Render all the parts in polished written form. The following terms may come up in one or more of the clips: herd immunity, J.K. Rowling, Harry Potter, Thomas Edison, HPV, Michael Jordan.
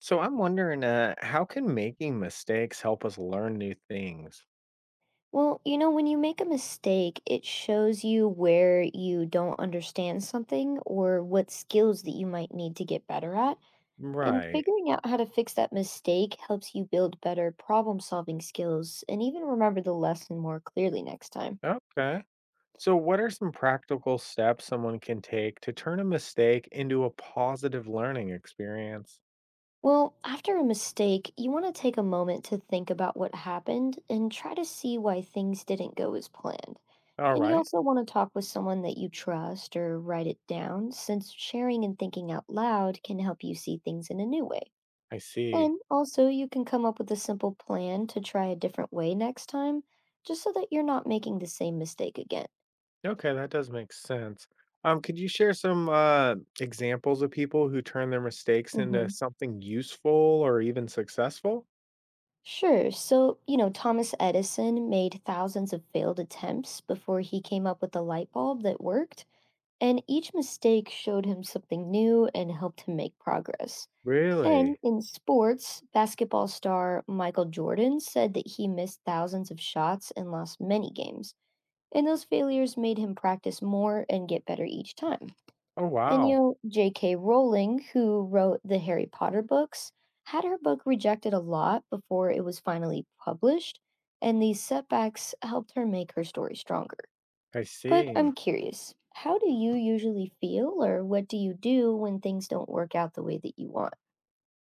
So I'm wondering, how can making mistakes help us learn new things? Well, you know, when you make a mistake, it shows you where you don't understand something or what skills that you might need to get better at. And Right. figuring out how to fix that mistake helps you build better problem solving skills and even remember the lesson more clearly next time. Okay. So, what are some practical steps someone can take to turn a mistake into a positive learning experience? Well, after a mistake, you want to take a moment to think about what happened and try to see why things didn't go as planned. All And you right. also want to talk with someone that you trust or write it down, since sharing and thinking out loud can help you see things in a new way. I see. And also, you can come up with a simple plan to try a different way next time, just so that you're not making the same mistake again. Okay, that does make sense. Could you share some examples of people who turn their mistakes into Hmm. something useful or even successful? Sure. So, you know, Thomas Edison made thousands of failed attempts before he came up with the light bulb that worked, and each mistake showed him something new and helped him make progress. And Really? in sports, basketball star Michael Jordan said that he missed thousands of shots and lost many games. And those failures made him practice more and get better each time. Oh, And you wow. know, J.K. Rowling, who wrote the Harry Potter books, had her book rejected a lot before it was finally published, and these setbacks helped her make her story stronger. I But I'm see. curious, how do you usually feel or what do you do when things don't work out the way that you want?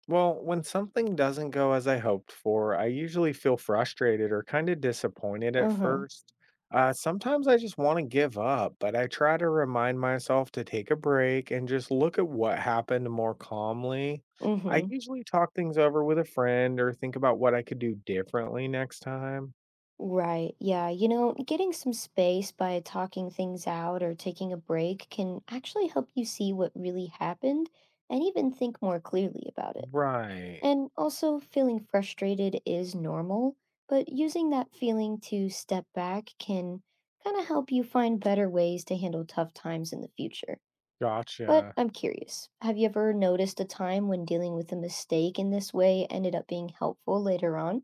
Well, when something doesn't go as I hoped for, I usually feel frustrated or kind of disappointed at Uh-huh. first. Sometimes I just want to give up, but I try to remind myself to take a break and just look at what happened more calmly. I Mm-hmm. usually talk things over with a friend or think about what I could do differently next time. Right. Yeah. You know, getting some space by talking things out or taking a break can actually help you see what really happened and even think more clearly about it. Right. And also, feeling frustrated is normal, but using that feeling to step back can kind of help you find better ways to handle tough times in the future. But Gotcha. I'm curious, have you ever noticed a time when dealing with a mistake in this way ended up being helpful later on?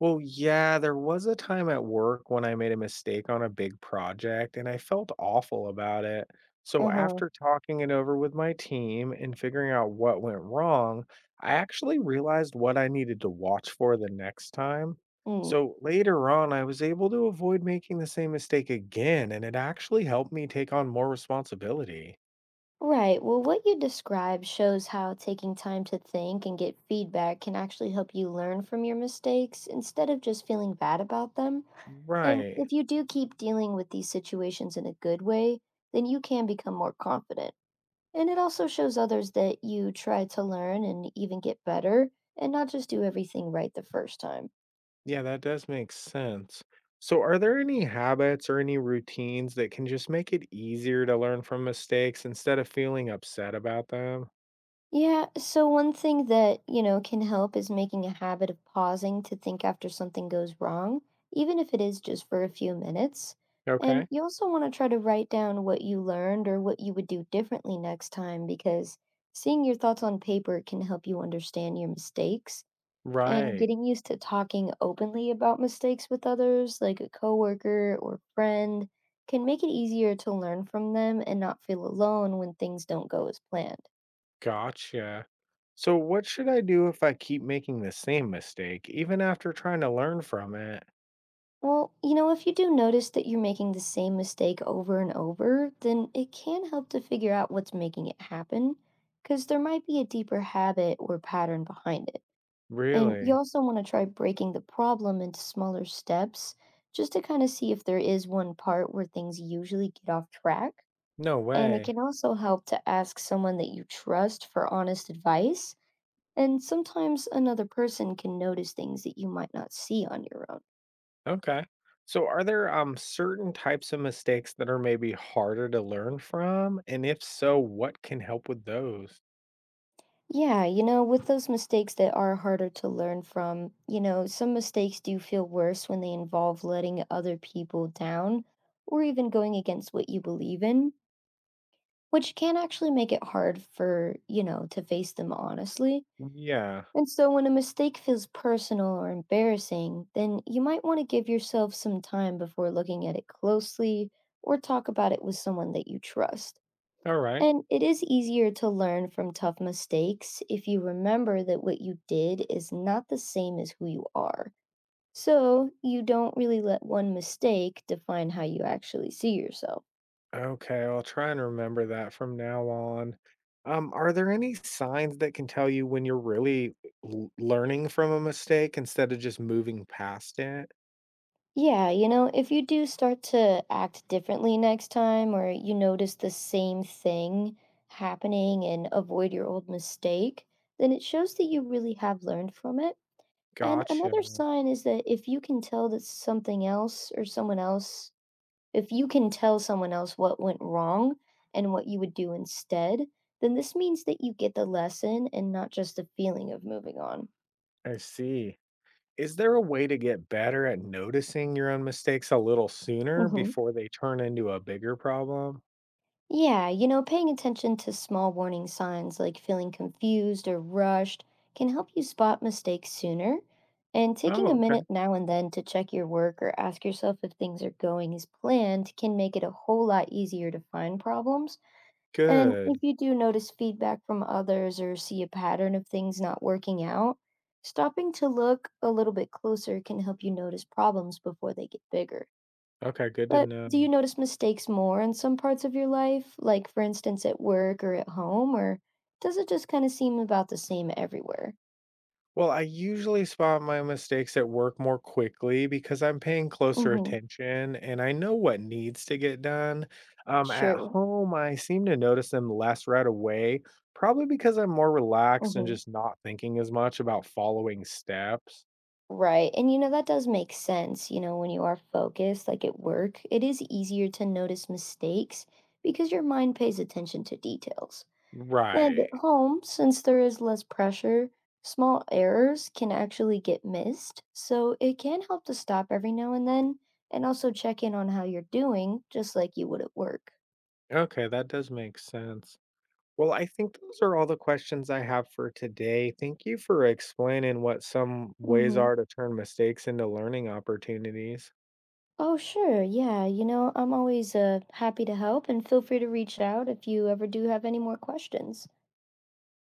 Well, yeah, there was a time at work when I made a mistake on a big project and I felt awful about it. So, Uh huh. after talking it over with my team and figuring out what went wrong, I actually realized what I needed to watch for the next time. Mm. So, later on, I was able to avoid making the same mistake again, and it actually helped me take on more responsibility. Right. Well, what you described shows how taking time to think and get feedback can actually help you learn from your mistakes instead of just feeling bad about them. And Right. if you do keep dealing with these situations in a good way, then you can become more confident. And it also shows others that you try to learn and even get better and not just do everything right the first time. Yeah, that does make sense. So, are there any habits or any routines that can just make it easier to learn from mistakes instead of feeling upset about them? Yeah, so one thing that, you know, can help is making a habit of pausing to think after something goes wrong, even if it is just for a few minutes. And Okay. you also want to try to write down what you learned or what you would do differently next time, because seeing your thoughts on paper can help you understand your mistakes. And Right. getting used to talking openly about mistakes with others, like a coworker or friend, can make it easier to learn from them and not feel alone when things don't go as planned. Gotcha. So, what should I do if I keep making the same mistake, even after trying to learn from it? Well, you know, if you do notice that you're making the same mistake over and over, then it can help to figure out what's making it happen, because there might be a deeper habit or pattern behind it. And you Really? also want to try breaking the problem into smaller steps just to kind of see if there is one part where things usually get off track. No And it way. can also help to ask someone that you trust for honest advice. And sometimes another person can notice things that you might not see on your own. Okay. So, are there certain types of mistakes that are maybe harder to learn from? And if so, what can help with those? Yeah, you know, with those mistakes that are harder to learn from, you know, some mistakes do feel worse when they involve letting other people down or even going against what you believe in, which can actually make it hard for, you know, to face them honestly. Yeah. And so when a mistake feels personal or embarrassing, then you might want to give yourself some time before looking at it closely or talk about it with someone that you trust. All right. And it is easier to learn from tough mistakes if you remember that what you did is not the same as who you are. So you don't really let one mistake define how you actually see yourself. Okay, I'll try and remember that from now on. Are there any signs that can tell you when you're really learning from a mistake instead of just moving past it? Yeah, you know, if you do start to act differently next time or you notice the same thing happening and avoid your old mistake, then it shows that you really have learned from it. And Gotcha. another sign is that if you can tell that something else or someone else if you can tell someone else what went wrong and what you would do instead, then this means that you get the lesson and not just the feeling of moving on. I see. Is there a way to get better at noticing your own mistakes a little sooner Hmm. before they turn into a bigger problem? Yeah, you know, paying attention to small warning signs like feeling confused or rushed can help you spot mistakes sooner. And Oh, taking a okay. minute now and then to check your work or ask yourself if things are going as planned can make it a whole lot easier to find problems. And Good. if you do notice feedback from others or see a pattern of things not working out, stopping to look a little bit closer can help you notice problems before they get bigger. Okay, good to But do you know. notice mistakes more in some parts of your life, like for instance at work or at home, or does it just kind of seem about the same everywhere? Well, I usually spot my mistakes at work more quickly because I'm paying closer Mm-hmm. attention and I know what needs to get done. At Sure. home, I seem to notice them less right away, probably because I'm more relaxed and Mm-hmm. just not thinking as much about following steps. Right. And you know, that does make sense. You know, when you are focused, like at work, it is easier to notice mistakes because your mind pays attention to details. At Right. home, since there is less pressure, small errors can actually get missed, so it can help to stop every now and then and also check in on how you're doing, just like you would at work. Okay, that does make sense. Well, I think those are all the questions I have for today. Thank you for explaining what some ways Hmm. are to turn mistakes into learning opportunities. Oh, sure. Yeah. You know, I'm always happy to help, and feel free to reach out if you ever do have any more questions.